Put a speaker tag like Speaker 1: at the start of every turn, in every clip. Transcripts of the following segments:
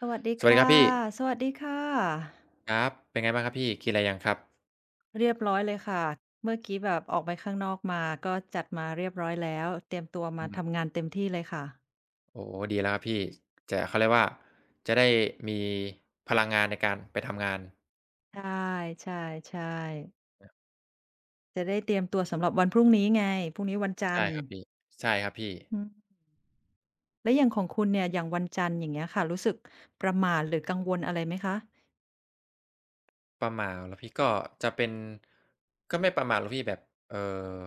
Speaker 1: สวัสดี
Speaker 2: สวัสดี
Speaker 1: ค่ะ
Speaker 2: ครับพี่
Speaker 1: สวัสดีค่ะ
Speaker 2: ครับเป็นไงบ้างครับพี่กินอะไรยังครับ
Speaker 1: เรียบร้อยเลยค่ะเมื่อกี้แบบออกไปข้างนอกมาก็จัดมาเรียบร้อยแล้วเตรียมตัว
Speaker 2: อื
Speaker 1: มา
Speaker 2: ม
Speaker 1: ทำงานเต็มที่เลยค่ะ
Speaker 2: โอ้โฮดีแล้วครับพี่จะเขาเรียกว่าจะได้มีพลังงานในการไปทำงาน
Speaker 1: ใช่ใช่ใช่จะได้เตรียมตัวสำหรับวันพรุ่งนี้ไงพรุ่งนี้วันจั
Speaker 2: ใช่
Speaker 1: นทร์
Speaker 2: ครับพี่ใช่ครับพี่
Speaker 1: อืมแล้วอย่างของคุณเนี่ยอย่างวันจันทร์อย่างเงี้ยค่ะรู้สึกประหม่าหรือกังวลอะไรไหมคะ
Speaker 2: ประหม่าเหรอพี่ก็จะเป็นก็ไม่ประหม่าหรอกพี่แบบเอ่อ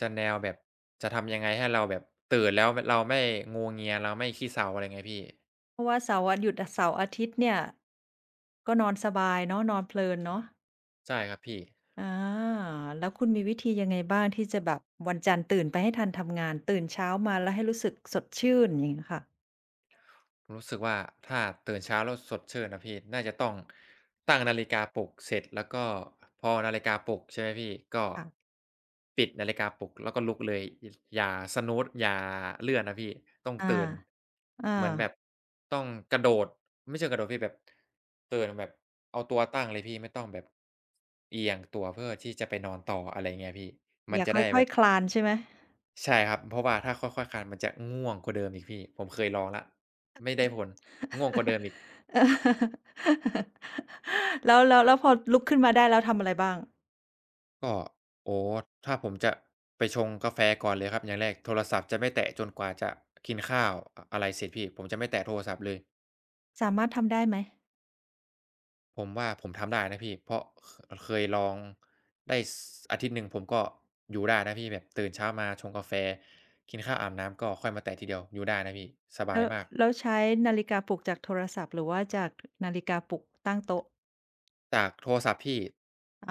Speaker 2: จะแนวแบบจะทำยังไงให้เราแบบตื่นแล้วมเราไม่งัวเงียเราไม่ขี้เซาอะไรเงี้ยพี่
Speaker 1: เพราะว่าเสาร์วันหยุดเสาร์อาทิตย์เนี่ยก็นอนสบายเนาะนอนเพลินเนาะ
Speaker 2: ใช่ครับพี่
Speaker 1: อาแล้วคุณมีวิธียังไงบ้างที่จะแบบวันจันทร์ตื่นไปให้ทันทำงานตื่นเช้ามาแล้วให้รู้สึกสดชื่นอย่างเงี้ยค่ะ
Speaker 2: รู้สึกว่าถ้าตื่นเช้าแล้วสดชื่นนะพี่น่าจะต้องตั้งนาฬิกาปลุกเสร็จแล้วก็พอนาฬิกาปลุกใช่ไหมพี่ก็
Speaker 1: ค่ะ
Speaker 2: ปิดนาฬิกาปลุกแล้วก็ลุกเลยออย่า snooze อย่าเลื่อนนะพี่ต้อง
Speaker 1: อา
Speaker 2: ตื่น
Speaker 1: อา
Speaker 2: เหมือนแบบต้องกระโดดไม่เชิงกระโดดพี่แบบตื่นแบบเอาตัวตั้งเลยพี่ไม่ต้องแบบเอียงตัวเพื่อที่จะไปนอนต่ออะไรอย่างเงี้ยพี่มั
Speaker 1: อ
Speaker 2: น
Speaker 1: ย่า
Speaker 2: จะ
Speaker 1: ค
Speaker 2: ได้
Speaker 1: ่
Speaker 2: แบ
Speaker 1: อย
Speaker 2: บ
Speaker 1: ๆคลานใช่ไหม
Speaker 2: ใช่ครับเพราะว่าถ้าค่อยๆคลานมันจะง่วงกว่าเดิมอีกพี่ผมเคยลองแล้วไม่ได้ผลง่วงกว่าเดิมอีก
Speaker 1: เออ แล้วแล้วแล้วพอลุกขึ้นมาได้แล้วทำอะไรบ้าง
Speaker 2: ก็โอ้โฮถ้าผมจะไปชงกาแฟก่อนเลยครับอย่างแรกโทรศัพท์จะไม่แตะจนกว่าจะกินข้าวออะไรเสร็จพี่ผมจะไม่แตะโทรศัพท์เลย
Speaker 1: สามารถทำได้ไหม
Speaker 2: ผมว่าผมทำได้นะพี่เพราะคเคยลองได้สอาทิตย์หนึ่งผมก็อยู่ได้นะพี่แบบตื่นเช้ามาชงกาแฟกินข้าวอาบน้ำก็ค่อยมาแตะทีเดียวอยู่ได้นะพี่สบา
Speaker 1: แล้
Speaker 2: ย
Speaker 1: ว
Speaker 2: มาก
Speaker 1: แล้วใช้นาฬิกาปลุกจากโทรศัพท์หรือว่าจากนาฬิกาปลุกตั้งโต๊ะ
Speaker 2: จากโทรศัพท์พี่
Speaker 1: อ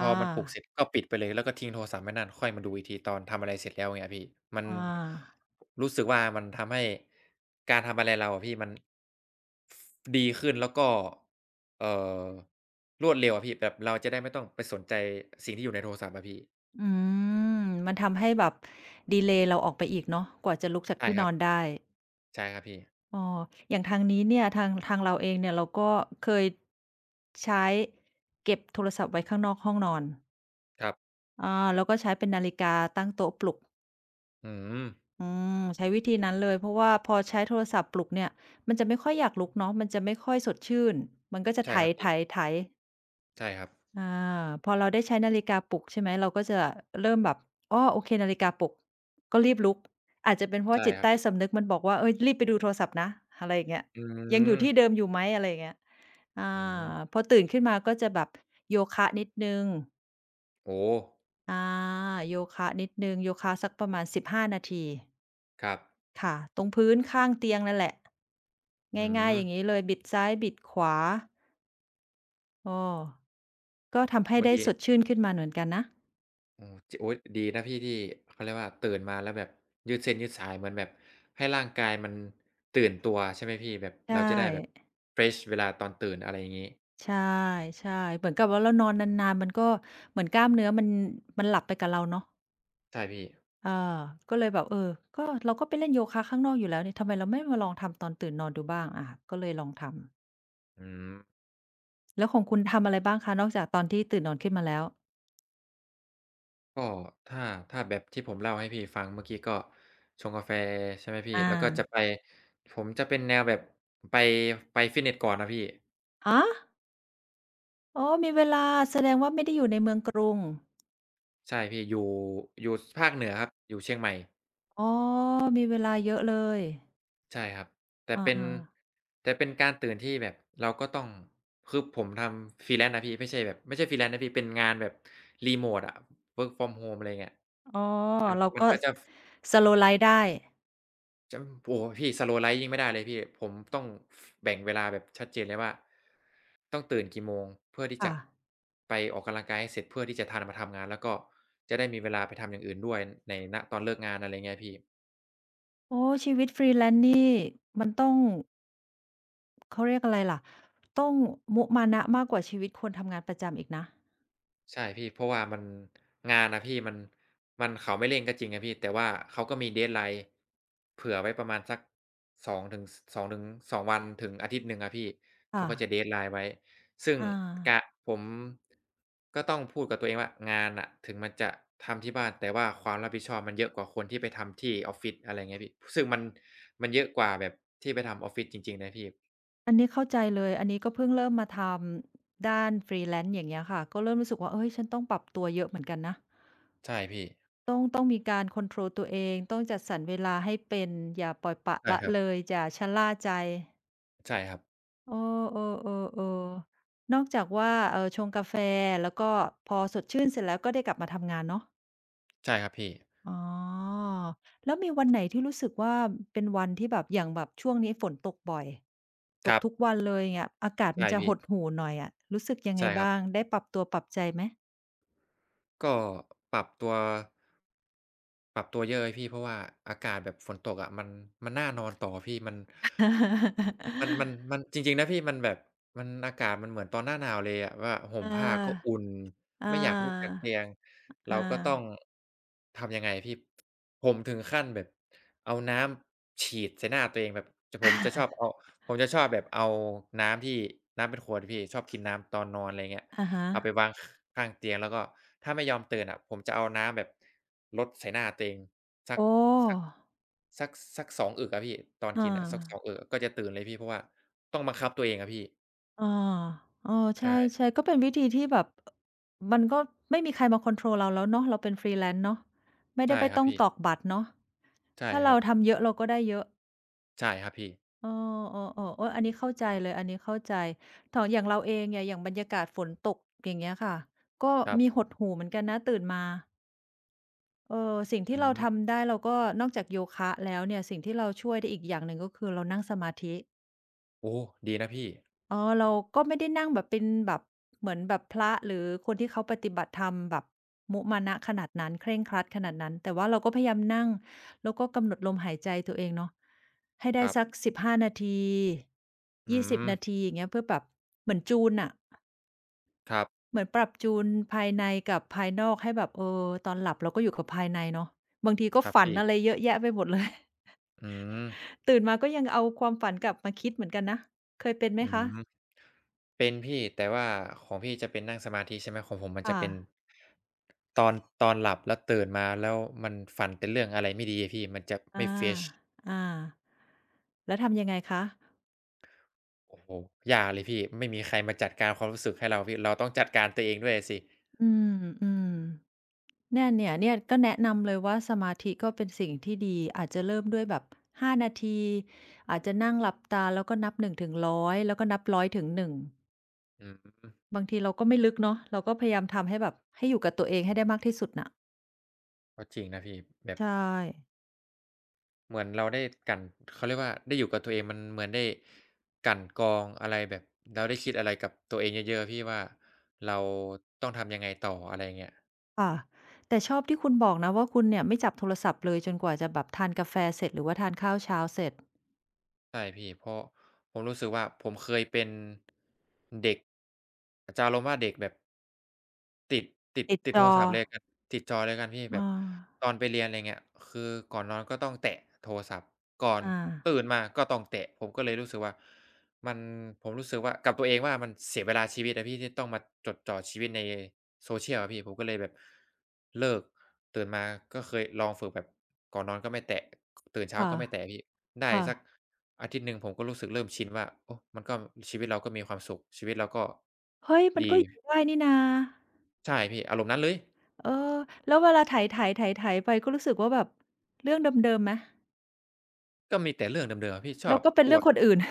Speaker 2: พอ
Speaker 1: า
Speaker 2: มันปลุกเสร็จก็ปิดไปเลยแล้วก็ทิ้งโทรศัพท์ไว้นั่นค่อยมาดูอีกทีตอนทำอะไรเสร็จแล้วเงี้ยพี่มัน
Speaker 1: อา
Speaker 2: รู้สึกว่ามันทำให้การทำอะไรเราอะพี่มันดีขึ้นแล้วก็เอ่อรวดเร็วอะพี่แบบเราจะได้ไม่ต้องไปสนใจสิ่งที่อยู่ในโทรศัพท์อะพี่
Speaker 1: อืมมันทำให้แบบดีเลย์เราออกไปอีกเนาะกว่าจะลุกจาก
Speaker 2: ใช่
Speaker 1: ที่
Speaker 2: ค
Speaker 1: น
Speaker 2: รั
Speaker 1: อ
Speaker 2: บ
Speaker 1: นได้
Speaker 2: ใช่ครับพี่
Speaker 1: อ้ออย่างทางนี้เนี่ยทางทางเราเองเนี่ยเราก็เคยใช้เก็บโทรศัพท์ไว้ข้างนอกห้องนอน
Speaker 2: ครับ
Speaker 1: อาแล้วก็ใช้เป็นนาฬิกาตั้งโต๊ะปลุก
Speaker 2: อืม
Speaker 1: อืมใช้วิธีนั้นเลยเพราะว่าพอใช้โทรศัพท์ปลุกเนี่ยมันจะไม่ค่อยอยากลุกเนาะมันจะไม่ค่อยสดชื่นมันก็จะ
Speaker 2: ใช่
Speaker 1: ไ
Speaker 2: ครับพี่
Speaker 1: ถๆๆ
Speaker 2: ใช่ครับ
Speaker 1: อาพอเราได้ใช้นาฬิกาปลุกใช่ไหมเราก็จะเริ่มแบบอ้อโอเคนาฬิกาปลุกก็รีบลุกอาจจะเป็นเพราะว่า
Speaker 2: ใช่
Speaker 1: จิต
Speaker 2: ครับ
Speaker 1: ใต้
Speaker 2: พี่
Speaker 1: สำนึกมันบอกว่าเฮ้ยรีบไปดูโทรศัพท์นะอะไรอย่างเงี้ย
Speaker 2: อื
Speaker 1: ยังอ
Speaker 2: ม
Speaker 1: ยู่ที่เดิมอยู่ไหมอะไรอย่างเงี้ยอ
Speaker 2: อืม
Speaker 1: าพอตื่นขึ้นมาก็จะแบบโยคะนิดหนึ่ง
Speaker 2: โอ้โฮ
Speaker 1: อาโยคะนิดหนึ่งโยคะสักประมาณ15นาที
Speaker 2: ครับ
Speaker 1: ค่ะตรงพื้นข้างเตียงนั่นแหละ
Speaker 2: อื
Speaker 1: ง่าย
Speaker 2: ม
Speaker 1: ๆอย่างงี้เลยบิดซ้ายบิดขวาอ้อก็ทำให้
Speaker 2: โอ้
Speaker 1: ได้
Speaker 2: ดี
Speaker 1: สดชื่นขึ้นมาเหมือนกันนะ
Speaker 2: อ๋อจโอ๊ยดีนะพี่ที่เขาเรียกว่าตื่นมาแล้วแบบยืดเส้นยืดสายเหมือนแบบให้ร่างกายมันตื่นตัวใช่ไหมพี่แบบ
Speaker 1: ใช่
Speaker 2: เราจะได้แบบเฟรชเวลาตอนตื่นอะไรอย่างงี้
Speaker 1: ใช่ใช่เหมือนกับว่าเรานอนนานๆมันก็เหมือนกล้ามเนื้อมันมันหลับไปกับเราเนาะ
Speaker 2: ใช่พี่
Speaker 1: เออก็เลยแบบเออก็เราก็ไปเล่นโยคะข้างนอกอยู่แล้วนี่ทำไมเราไม่มาลองทำตอนตื่นนอนดูบ้างอาก็เลยลองทำ
Speaker 2: อืม
Speaker 1: แล้วของคุณทำอะไรบ้างคะนอกจากตอนที่ตื่นนอนขึ้นมาแล้ว
Speaker 2: ก็ถ้าแบบที่ผมเล่าให้พี่ฟังเมื่อกี้ก็ชงกาแฟใช่ไหมพี่
Speaker 1: อาฮ
Speaker 2: แล้วก็จะ
Speaker 1: ะ
Speaker 2: ไปผมจะเป็นแนวแบบไปไปฟิตเนสก่อนนะพี่
Speaker 1: อ๋อมีเวลาแสดงว่าไม่ได้อยู่ในเมืองกรุง
Speaker 2: ใช่พี่อยู่สภาคเหนือครับอยู่เชียงใหม่
Speaker 1: อ๋อมีเวลาเยอะเลย
Speaker 2: ใช่ครับแต่เป็น
Speaker 1: อา
Speaker 2: แต่เป็นการตื่นที่แบบเราก็ต้องคือผมทำ freelance นะพี่ไม่ใช่แบบไม่ใช่ freelance นะพี่เป็นงานแบบรีโมตอะ work from home อะไรเงี้ย
Speaker 1: ๆอ๋อ
Speaker 2: มัน
Speaker 1: เรา
Speaker 2: มัน
Speaker 1: ก็
Speaker 2: ก็
Speaker 1: ส
Speaker 2: จะ
Speaker 1: สโลว์ไลฟ์ได้
Speaker 2: จะโอ้โฮพี่ slow life ยิ่งไม่ได้เลยพี่ผมต้องแบ่งเวลาแบบชัดเจนเลยว่าต้องตื่นกี่โมงเพื่อที่จะ
Speaker 1: ค่ะ
Speaker 2: ไปออกกำลังกายให้เสร็จเพื่อที่จะทันมาทำงานแล้วก็จะได้มีเวลาไปทำอย่างอื่นด้วยในณตอนเลิกงานอะไรเงี้ยพี่
Speaker 1: โอ้ชีวิต Freelance นี่มันต้อง เขาเรียกอะไรล่ะต้องมุมานะมากกว่าชีวิตคนทำงานประจำอีกนะ
Speaker 2: ใช่พี่เพราะว่ามันงานอะพี่มันเขาไม่เร่งก็จริงอะพี่แต่ว่าเขาก็มี deadline เผื่อไว้ประมาณสักสองถึงสองวันถึงอาทิตย์หนึ่งอะพี่เขา
Speaker 1: ค่ะ
Speaker 2: ก็จะ deadline ไว้ซึ่ง
Speaker 1: อา
Speaker 2: กะผมก็ต้องพูดกับตัวเองว่างานน่ะถึงมันจะทำที่บ้านแต่ว่าความรับผิดชอบมันเยอะกว่าคนที่ไปทำที่ออฟฟิศอะไรอย่างเงี้ยพี่ซึ่งมันมันเยอะกว่าแบบที่ไปทำออฟฟิศจริงๆนะพี่
Speaker 1: อันนี้เข้าใจเลยอันนี้ก็เพิ่งเริ่มมาทำด้าน Freelance อย่างเงี้ยค่ะก็เริ่มรู้สึกว่าเฮ้ยฉันต้องปรับตัวเยอะเหมือนกันนะ
Speaker 2: ใช่พี่
Speaker 1: ต้องต้องมีการคอนโทรลตัวเองต้องจัดสรรเวลาให้เป็นอย่าปล่อยปละ
Speaker 2: ใช่
Speaker 1: ละ
Speaker 2: ครับ
Speaker 1: เลยอย่าชะล่าใจ
Speaker 2: ใช่ครับ
Speaker 1: เออๆๆๆนอกจากว่าชงกาแฟแล้วก็พอสดชื่นเสร็จแล้วก็ได้กลับมาทำงานเนาะ
Speaker 2: ใช่ครับพี่
Speaker 1: อ๋อแล้วมีวันไหนที่รู้สึกว่าเป็นวันที่แบบอย่างแบบช่วงนี้ฝนตกบ่อยต
Speaker 2: ค
Speaker 1: ก
Speaker 2: รั
Speaker 1: ทุก
Speaker 2: บ
Speaker 1: วันเลยเงี้ยอากาศมั
Speaker 2: ใช่
Speaker 1: นจะห
Speaker 2: พี่
Speaker 1: ดหู่หน่อยอะรู้สึกยังไง
Speaker 2: ใช่ครับ
Speaker 1: บ้างได้ปรับตัวปรับใจไหม
Speaker 2: ก็ปรับตัวปรับตัวเยอะเลยพี่เพราะว่าอากาศแบบฝนตกอะมันมันน่านอนต่อพี่มัน มันมั นมันจริงๆนะพี่มันแบบมันอากาศมันเหมือนตอนหน้าหนาวเลยอะว่าห่
Speaker 1: เอ
Speaker 2: มผ้าก็อุ่
Speaker 1: อ
Speaker 2: น
Speaker 1: เอ
Speaker 2: ไม่อยากลุกจาก
Speaker 1: อ
Speaker 2: เตียงเรา
Speaker 1: เอ
Speaker 2: ก็ต้อง
Speaker 1: อ
Speaker 2: ทำยังไงพี่ผมถึงขั้นแบบเอาน้ำฉีดใส่หน้าตัวเองแบบจะผมจะชอบเอาผมจะชอบแบบเอาน้ำที่น้ำเป็นขวดอะพี่ชอบกินน้ำตอนนอนอะไรเงี้ย
Speaker 1: อะ
Speaker 2: เอาไป
Speaker 1: ฮะ
Speaker 2: วางข้างเตียงแล้วก็ถ้าไม่ยอมตื่นอะผมจะเอาน้ำแบบรดใส่หน้าตัวเองสัก
Speaker 1: โอ้
Speaker 2: สักสักสัก2องอึกอะพี่ตอนกินอะสักสอ
Speaker 1: อ
Speaker 2: ง
Speaker 1: อ
Speaker 2: อึกก็จะตื่นเลยพี่เพราะว่าต้องบังคับตัวเองอะพี่
Speaker 1: อาเออใ
Speaker 2: ใช่
Speaker 1: ช่ๆก็เป็นวิธีที่แบบมันก็ไม่มีใครมาคอนโทรลเราแล้วเนาะเราเป็น Freelance เนาะไม่ได้
Speaker 2: ใช่
Speaker 1: ไป
Speaker 2: ครับ
Speaker 1: ต้อง
Speaker 2: พี่
Speaker 1: ตอกบัตรเนาะ
Speaker 2: ใช่
Speaker 1: ถ้า
Speaker 2: ครั
Speaker 1: เรา
Speaker 2: บ
Speaker 1: ทำเยอะเราก็ได้เยอะ
Speaker 2: ใช่ครับพี่
Speaker 1: เออๆๆโอ๊ยอันนี้เข้าใจเลยอันนี้เข้าใจถออย่างเราเองเนี่ยอย่างบรรยากาศฝนตกอย่างเงี้ยค่ะก็
Speaker 2: ครับ
Speaker 1: มีหดหู่เหมือนกันนะตื่นมาเออสิ่ง
Speaker 2: อื
Speaker 1: ที่เรา
Speaker 2: ม
Speaker 1: ทำได้เราก็นอกจากโยคะแล้วเนี่ยสิ่งที่เราช่วยได้อีกอย่างหนึ่งก็คือเรานั่งสมาธิ
Speaker 2: โอ้ดีนะพี่
Speaker 1: อ๋อเราก็ไม่ได้นั่งแบบเป็นแบบเหมือนแบบพระหรือคนที่เขาปฏิบัติธรรมแบบมุมานะขนาดนั้นเคร่งครัดขนาดนั้นแต่ว่าเราก็พยายามนั่งแล้วก็กำหนดลมหายใจตัวเองเนาะให้
Speaker 2: ค
Speaker 1: ได้
Speaker 2: รั
Speaker 1: สัก
Speaker 2: บ
Speaker 1: 15นาที
Speaker 2: อื
Speaker 1: 20
Speaker 2: ม
Speaker 1: นาทีอย่างเงี้ยเพื่อแบบเหมือนจูนน่ะ
Speaker 2: ครับ
Speaker 1: เหมือนปรับจูนภายในกับภายนอกให้แบบเออตอนหลับเราก็อยู่กับภายในเนาะบางทีก็
Speaker 2: ครับ
Speaker 1: ฝัน
Speaker 2: พี่
Speaker 1: อะไรเยอะแยะไปหมดเลย
Speaker 2: อืม
Speaker 1: ตื่นมาก็ยังเอาความฝันกลับมาคิดเหมือนกันนะเคยเป็นไหม
Speaker 2: อืม
Speaker 1: คะ
Speaker 2: เป็นพี่แต่ว่าของพี่จะเป็นนั่งสมาธิใช่ไหมของผมมันจะ
Speaker 1: ค่ะ
Speaker 2: เป็นตอนตอนหลับแล้วตื่นมาแล้วมันฝันแต่เรื่องอะไรไม่ดีอะพี่มันจะ
Speaker 1: อา
Speaker 2: ไม่ fresh
Speaker 1: อาแล้วทำยังไงคะ
Speaker 2: โอ้โฮยากเลยพี่ไม่มีใครมาจัดการความรู้สึกให้เราพี่เราต้องจัดการตัวเองด้วยอะสิ
Speaker 1: อืมอืมเนี่ยเนี่ยเนี่ยก็แนะนำเลยว่าสมาธิก็เป็นสิ่งที่ดีอาจจะเริ่มด้วยแบบ5นาทีอาจจะนั่งหลับตาแล้วก็นับ1ถึง100แล้วก็นับ100ถึง1
Speaker 2: อืม
Speaker 1: บางทีเราก็ไม่ลึกเนาะเราก็พยายามทำให้แบบให้อยู่กับตัวเองให้ได้มากที่สุดน่ะ
Speaker 2: ก็จริงนะพี่แบบ
Speaker 1: ใช่
Speaker 2: เหมือนเราได้กลั่นเขาเรียกว่าได้อยู่กับตัวเองมันเหมือนได้กลั่นกรองอะไรแบบเราได้คิดอะไรกับตัวเองเยอะๆอะพี่ว่าเราต้องทำยังไงต่ออะไรอย่างเงี้ย
Speaker 1: ค่ะแต่ชอบที่คุณบอกนะว่าคุณเนี่ยไม่จับโทรศัพท์เลยจนกว่าจะแบบทานกาแฟเสร็จหรือว่าทานข้าวเช้าเสร็จ
Speaker 2: ใช่พี่เพราะผมรู้สึกว่าผมเคยเป็นเด็กจะอารมณ์ว่าเด็กแบบติดติด
Speaker 1: ติด
Speaker 2: ติด
Speaker 1: จ
Speaker 2: โท
Speaker 1: อ
Speaker 2: รศัพท์เลยกันติดจอเลยกันพี่
Speaker 1: เอ
Speaker 2: แบ
Speaker 1: อ
Speaker 2: บตอนไปเรียนอะไรเงี้ยคือก่อนนอนก็ต้องแตะโทรศัพท์ก่อน
Speaker 1: อา
Speaker 2: ตื่นมาก็ต้องแตะผมก็เลยรู้สึกว่ามันผมรู้สึกว่ากับตัวเองว่ามันเสียเวลาชีวิตอะพี่ที่ต้องมาจดจ่อชีวิตใน social อะพี่ผมก็เลยแบบเลิกตื่นมาก็เคยลองฝึกแบบก่อนนอนก็ไม่แตะตื่นเช้า
Speaker 1: ค่ะ
Speaker 2: ก็ไม่แตะพี่ ได้
Speaker 1: ค่ะ
Speaker 2: สักอาทิตย์หนึ่งผมก็รู้สึกเริ่มชินว่าโอ้มันก็ชีวิตเราก็มีความสุขชีวิตเราก็
Speaker 1: เฮ้ยมัน
Speaker 2: ดี
Speaker 1: ก็อยู่ได้นี่นา
Speaker 2: ใช่พี่อารมณ์นั้นเลย
Speaker 1: เออแล้วเวลาไถๆๆๆไปก็รู้สึกว่าแบบเรื่องเดิมๆไหม
Speaker 2: ก็มีแต่เรื่องเดิมๆอะพี่ชอ
Speaker 1: แล้ว
Speaker 2: บ
Speaker 1: ก็เป็น
Speaker 2: อ
Speaker 1: เรื่
Speaker 2: ว
Speaker 1: อง
Speaker 2: ด
Speaker 1: คนอื่น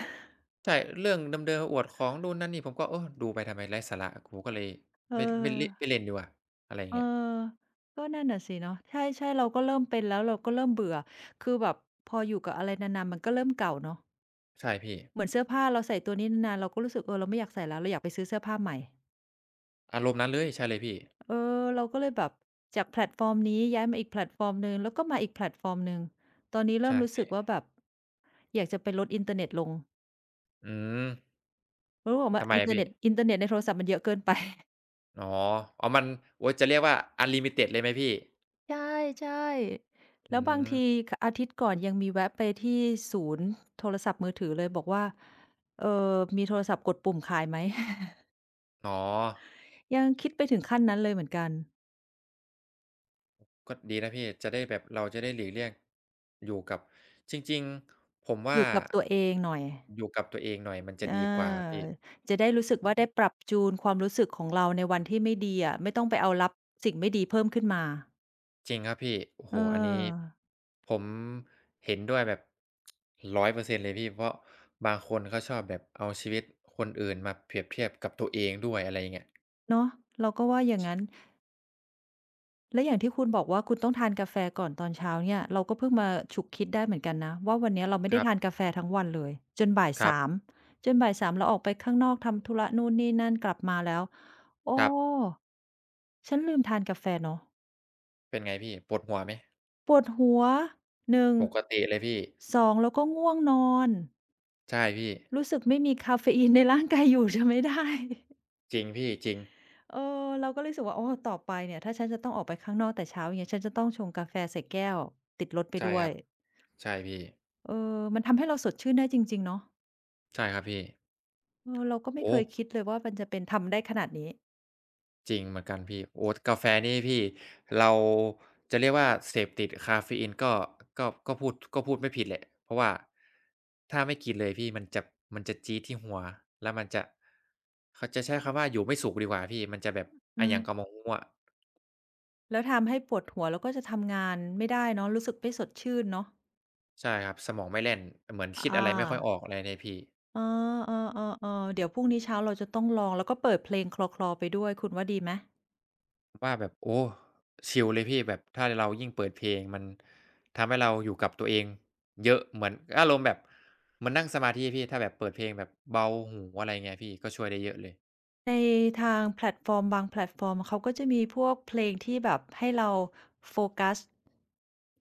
Speaker 2: ใช่เรื่องเดิมๆอวดของนู่นนั่นนี่ผมก็เออดูไปทำไมไร้สาระกูก็เลย
Speaker 1: เออ
Speaker 2: ไม่เล่นไม่เล่นดีกว่าอะไรอย่าง
Speaker 1: เอ
Speaker 2: เงี้ย
Speaker 1: อก็นั่นน่ะสิเนาะใช่ๆเราก็เริ่มเป็นแล้วเราก็เริ่มเบื่อคือแบบพออยู่กับอะไรนานๆมันก็เริ่มเก่าเนาะ
Speaker 2: ใช่พี่
Speaker 1: เหมือนเสื้อผ้าเราใส่ตัวนี้นานๆเราก็รู้สึกเออเราไม่อยากใส่แล้วเราอยากไปซื้อเสื้อผ้าใหม่
Speaker 2: อารมณ์นั้นเลยใช่เลยพี่
Speaker 1: เออเราก็เลยแบบจากแพลตฟอร์มนี้ย้ายมาอีกแพลตฟอร์มหนึ่งแล้วก็มาอีกแพลตฟอร์มหนึ่งตอนนี้เริ่
Speaker 2: ใช่
Speaker 1: มรู้สึ
Speaker 2: พี่
Speaker 1: กว่าแบบอยากจะไปลดอินเทอร์เน็ตลง
Speaker 2: อืม
Speaker 1: เออบอกว่า
Speaker 2: ทำไม
Speaker 1: อิน
Speaker 2: อะ
Speaker 1: เทอร์
Speaker 2: พี่
Speaker 1: เน็ตอินเทอร์เน็ตในโทรศัพท์มันเยอะเกินไป
Speaker 2: อ๋ออ๋อมันโอ๊ยจะเรียกว่า unlimited เลยไหมพี่
Speaker 1: ใช่ๆ
Speaker 2: อื
Speaker 1: แล้วบาง
Speaker 2: ม
Speaker 1: ทีคอาทิตย์ก่อนยังมีแวะไปที่ศูนย์โทรศัพท์มือถือเลยบอกว่าเอ่อมีโทรศัพท์กดปุ่มขายไหม
Speaker 2: อ๋อ
Speaker 1: ยังคิดไปถึงขั้นนั้นเลยเหมือนกัน
Speaker 2: ก็ดีนะพี่จะได้แบบเราจะได้หลีกเลี่ยงอยู่กับจริงๆผม
Speaker 1: อ
Speaker 2: ว่า
Speaker 1: ยู่กับตัวเองหน่อย
Speaker 2: อยู่กับตัวเองหน่อยมันจะ
Speaker 1: อา
Speaker 2: ดีกว่าพี่
Speaker 1: จะได้รู้สึกว่าได้ปรับจูนความรู้สึกของเราในวันที่ไม่ดีอะไม่ต้องไปเอารับสิ่งไม่ดีเพิ่มขึ้นมา
Speaker 2: จริงครับพี่โอ้
Speaker 1: เ
Speaker 2: โฮอันนี้
Speaker 1: ออ
Speaker 2: ผมเห็นด้วยแบบร้อยเปอร์เซ็นต์เลยพี่เพราะบางคนเขาชอบแบบเอาชีวิตคนอื่นมาเปรียบเทียบกับตัวเองด้วยอะไรอย่างเงี้ย
Speaker 1: เนาะเราก็ว่าอย่างงั้น และอย่างที่คุณบอกว่าคุณต้องทานกาแฟก่อนตอนเช้าเนี่ยเราก็เพิ่งมาฉุกคิดได้เหมือนกันนะว่าวันเนี้ยเราไม่
Speaker 2: ค
Speaker 1: ได้
Speaker 2: รั
Speaker 1: ทาน
Speaker 2: บ
Speaker 1: กาแฟทั้งวันเลยจนบ่าย
Speaker 2: ครั
Speaker 1: สาม
Speaker 2: บ
Speaker 1: จนบ่ายสามเราออกไปข้างนอกทำธุระนู่นนี่นั่นกลับมาแล้ว
Speaker 2: ค
Speaker 1: โอ้
Speaker 2: รับ
Speaker 1: ฉันลืมทานกาแฟเนาะ
Speaker 2: เป็นไงพี่ปวดหัวไหม
Speaker 1: ปวดหัว1
Speaker 2: ปกติเลยพี่
Speaker 1: 2แล้วก็ง่วงนอน
Speaker 2: ใช่พี่
Speaker 1: รู้สึกไม่มีกาเฟอีนในร่างกายอยู่จะไม่ได้
Speaker 2: จริงพี่จริง
Speaker 1: เออเราก็เลยรู้สึกว่าโอ้ต่อไปเนี่ยถ้าฉันจะต้องออกไปข้างนอกแต่เช้าอย่างเงี้ยฉันจะต้องชงกาแฟใส่แก้วติดรถไป
Speaker 2: ใช่
Speaker 1: ด้ว
Speaker 2: ครั
Speaker 1: ย
Speaker 2: บใช่พี่
Speaker 1: เออมันทำให้เราสดชื่นได้จริงๆเนาะ
Speaker 2: ใช่ครับพี่
Speaker 1: เออเราก็ไม่เค
Speaker 2: โอ้
Speaker 1: ยคิดเลยว่ามันจะเป็นทำได้ขนาดนี้
Speaker 2: จริงเหมือนกันพี่โอ๊ตกาแฟนี่พี่เราจะเรียกว่าเสพติดกาเฟอีนก็พูดไม่ผิดแหละเพราะว่าถ้าไม่กินเลยพี่มันจะจี๊ดที่หัวแล้วมันจะเขาจะใช้คำว่าอยู่ไม่สุขดีกว่าพี่มันจะแบบ
Speaker 1: อื
Speaker 2: อะหยั
Speaker 1: ม
Speaker 2: งกะหม่องงั่ว
Speaker 1: แล้วทำให้ปวดหัวแล้วก็จะทำงานไม่ได้เนาะรู้สึกไม่สดชื่นเนาะ
Speaker 2: ใช่ครับสมองไม่แล่นเหมือน
Speaker 1: อ
Speaker 2: คิดอะไรไม่ค่อยอ
Speaker 1: า
Speaker 2: อกอะไรเนี่ยพี่
Speaker 1: เออๆๆๆเดี๋ยวพรุ่งนี้เช้าเราจะต้องลองแล้วก็เปิดเพลงคลอๆไปด้วยคุณว่าดีไหม
Speaker 2: ว่าแบบโอ้ชิลเลยพี่แบบถ้าเรายิ่งเปิดเพลงมันทำให้เราอยู่กับตัวเองเยอะเหมือนอารมณ์แบบเหมันนั่งสมาธิอะพี่ถ้าแบบเปิดเพลงแบบเบาหูอะไรเงี้ยพี่ก็ช่วยได้เยอะเลย
Speaker 1: ในทางแพลตฟอร์มบางแพลตฟอร์มเขาก็จะมีพวกเพลงที่แบบให้เราโฟกัส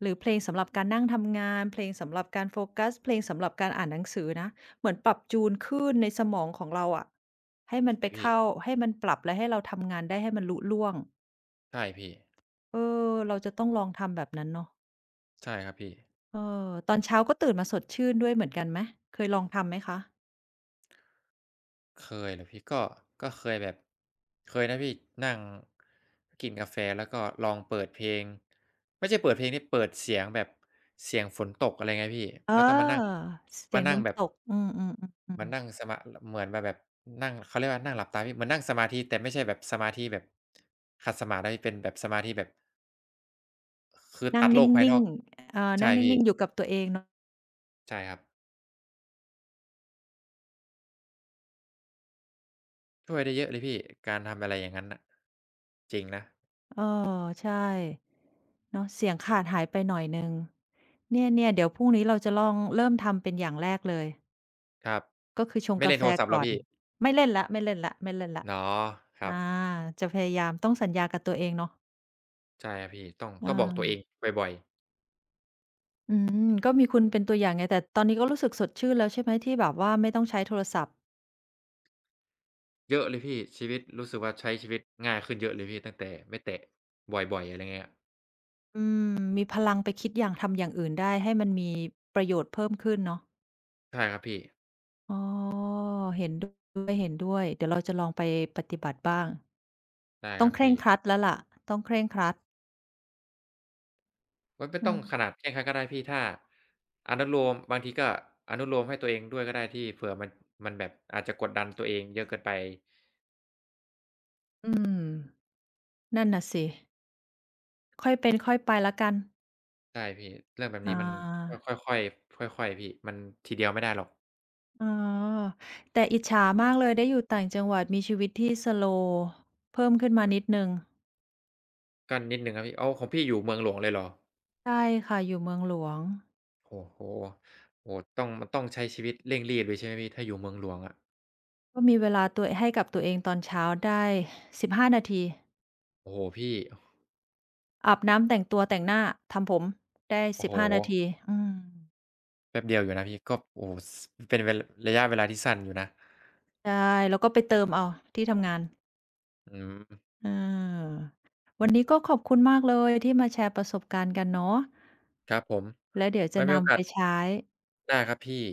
Speaker 1: หรือเพลงสำหรับการนั่งทำงานเพลงสำหรับการโฟกัสเพลงสำหรับการอ่านหนังสือนะเหมือนปรับจูนคลื่นในสมองของเราอะให้มัน
Speaker 2: ใช่
Speaker 1: ไป
Speaker 2: พี่
Speaker 1: เข้าให้มันปรับและให้เราทำงานได้ให้มันลุล่วง
Speaker 2: ใช่พี่
Speaker 1: เออเราจะต้องลองทำแบบนั้นเนาะ
Speaker 2: ใช่ครับพี่
Speaker 1: เออตอนเช้าก็ตื่นมาสดชื่นด้วยเหมือนกันไหมเคยลองทำไหมคะ
Speaker 2: เคยเหรอพี่ก็เคยแบบเคยนะพี่นั่งกินกาแฟแล้วก็ลองเปิดเพลงไม่ใช่เปิดเพลงนี่เปิดเสียงแบบเสียงฝนตกอะไรเงี้ยพี่
Speaker 1: เอ
Speaker 2: แล้วก็มานั่ง
Speaker 1: อเสี
Speaker 2: มา
Speaker 1: ยง
Speaker 2: นั่งแบบ
Speaker 1: น้ำตกอืม
Speaker 2: มั
Speaker 1: ๆ
Speaker 2: น
Speaker 1: ๆ
Speaker 2: นั่ง
Speaker 1: ๆ
Speaker 2: สมาเหมือนแบบนั่งเขาเรียกว่านั่งหลับตาพี่เหมือนนั่งสมาธิแต่ไม่ใช่แบบสมาธิแบบขัดสมาธินะพี่เป็นแบบสมาธิแบบคือ
Speaker 1: นั่
Speaker 2: ตั
Speaker 1: ง
Speaker 2: ด
Speaker 1: น
Speaker 2: โลกภายน
Speaker 1: ิ่
Speaker 2: อ
Speaker 1: ง
Speaker 2: ก
Speaker 1: ๆเอ่อ
Speaker 2: ใช่
Speaker 1: นั่งนิ่
Speaker 2: พี่
Speaker 1: งๆ อยู่กับตัวเองเนาะ
Speaker 2: ใช่ครับช่วยได้เยอะเลยพี่การทำอะไรอย่างงั้นน่ะจริงนะ
Speaker 1: เออใช่เนาะเสียงขาดหายไปหน่อยหนึ่งเนี่ยๆเดี๋ยวพรุ่งนี้เราจะลองเริ่มทำเป็นอย่างแรกเลย
Speaker 2: ครับ
Speaker 1: ก็คือชง
Speaker 2: ไม่
Speaker 1: กา
Speaker 2: เล่น
Speaker 1: แฟ
Speaker 2: โทรศัพท์
Speaker 1: ก่
Speaker 2: แล้ว
Speaker 1: อน
Speaker 2: พี่
Speaker 1: ไม่เล่นแล้วไม่เล่นแล้วไม่เล่นแล้ว
Speaker 2: อ๋อครั
Speaker 1: อา
Speaker 2: บ
Speaker 1: จะพยายามต้องสัญญากับตัวเองเนาะ
Speaker 2: ใช่ครับพี่ต้อง
Speaker 1: เ
Speaker 2: ต้องบอกตัวเอ
Speaker 1: ออ
Speaker 2: งบ่อยๆ
Speaker 1: อืก็มีคุณเป็นตัวอย่างไง แต่ตอนนี้ก็รู้สึกสดชื่นแล้วใช่ไหมที่แบบว่าไม่ต้องใช้โทรศัพท์
Speaker 2: เยอะเลยพี่ชีวิตรู้สึกว่าใช้ชีวิตง่ายขึ้นเยอะเลยพี่ตั้งแต่ไม่แตะบ่อยๆอะไรเงี้ย
Speaker 1: อืมมีพลังไปคิดอย่างทำอย่างอื่นได้ให้มันมีประโยชน์เพิ่มขึ้นเนาะ
Speaker 2: ใช่ครับพี่
Speaker 1: อ๋อเห็นด้วยเห็นด้วย เดี๋ยวเราจะลองไปปฏิบัติบ้าง
Speaker 2: ใช่ค
Speaker 1: ต้อ
Speaker 2: รั
Speaker 1: ง
Speaker 2: บ
Speaker 1: เคร่
Speaker 2: พี่
Speaker 1: งครัดแล้วล่ะ ต้องเคร่งครัด
Speaker 2: มันไม่
Speaker 1: อื
Speaker 2: ต้อง
Speaker 1: ม
Speaker 2: ขนาดเคร่งครัดก็ได้พี่ถ้าอนุโลมบางทีก็อนุโลมให้ตัวเองด้วยก็ได้พี่เผื่อมันมันแบบอาจจะกดดันตัวเองเยอะเกินไป
Speaker 1: อืมนั่นน่ะสิ ค่อยเป็นค่อยไปแล้วกัน
Speaker 2: ใช่พี่เรื่องแบบ
Speaker 1: อา
Speaker 2: นี้มันต้องค่อยๆค่อยๆพี่มันทีเดียวไม่ได้หรอก
Speaker 1: อ๋อ แต่อิจฉามากเลยได้อยู่ต่างจังหวัดมีชีวิตที่สโลว์เพิ่มขึ้นมานิดหนึ่ง
Speaker 2: ก็นิดหนึ่งครับพี่อ้าวของพี่อยู่เมืองหลวงเลยเหรอ
Speaker 1: ใช่ค่ะอยู่เมืองหลวง
Speaker 2: โอ้โฮโอ้โฮต้องมันต้องใช้ชีวิตเร่งรีบเลยใช่ไหมพี่ถ้าอยู่เมืองหลวงอะ
Speaker 1: ก็มีเวลาตัวให้กับตัวเองตอนเช้าได้15นาที
Speaker 2: โอ้โฮพี่
Speaker 1: อาบน้ำแต่งตัวแต่งหน้าทำผมได้
Speaker 2: โอ้
Speaker 1: สิบ
Speaker 2: โฮ
Speaker 1: ห้านาทีอืม
Speaker 2: แป๊บเดียวอยู่นะพี่ก็โอ้โฮสเป็นเวระยะเวลาที่สั้นอยู่นะ
Speaker 1: ใช่แล้วก็ไปเติมเอาที่ทำงาน
Speaker 2: อืม
Speaker 1: เออ
Speaker 2: ค
Speaker 1: วัน
Speaker 2: รั
Speaker 1: นี้
Speaker 2: บ
Speaker 1: ก็ขอบคุณมากเลยที่มาแชร์ประสบการณ์กันเนาะ
Speaker 2: ครับผม
Speaker 1: แล้วเดี๋ยว
Speaker 2: ไว้
Speaker 1: จะ
Speaker 2: มีโอ
Speaker 1: นำ
Speaker 2: กา
Speaker 1: ไป
Speaker 2: ส
Speaker 1: ใช้
Speaker 2: หน้าครับพี่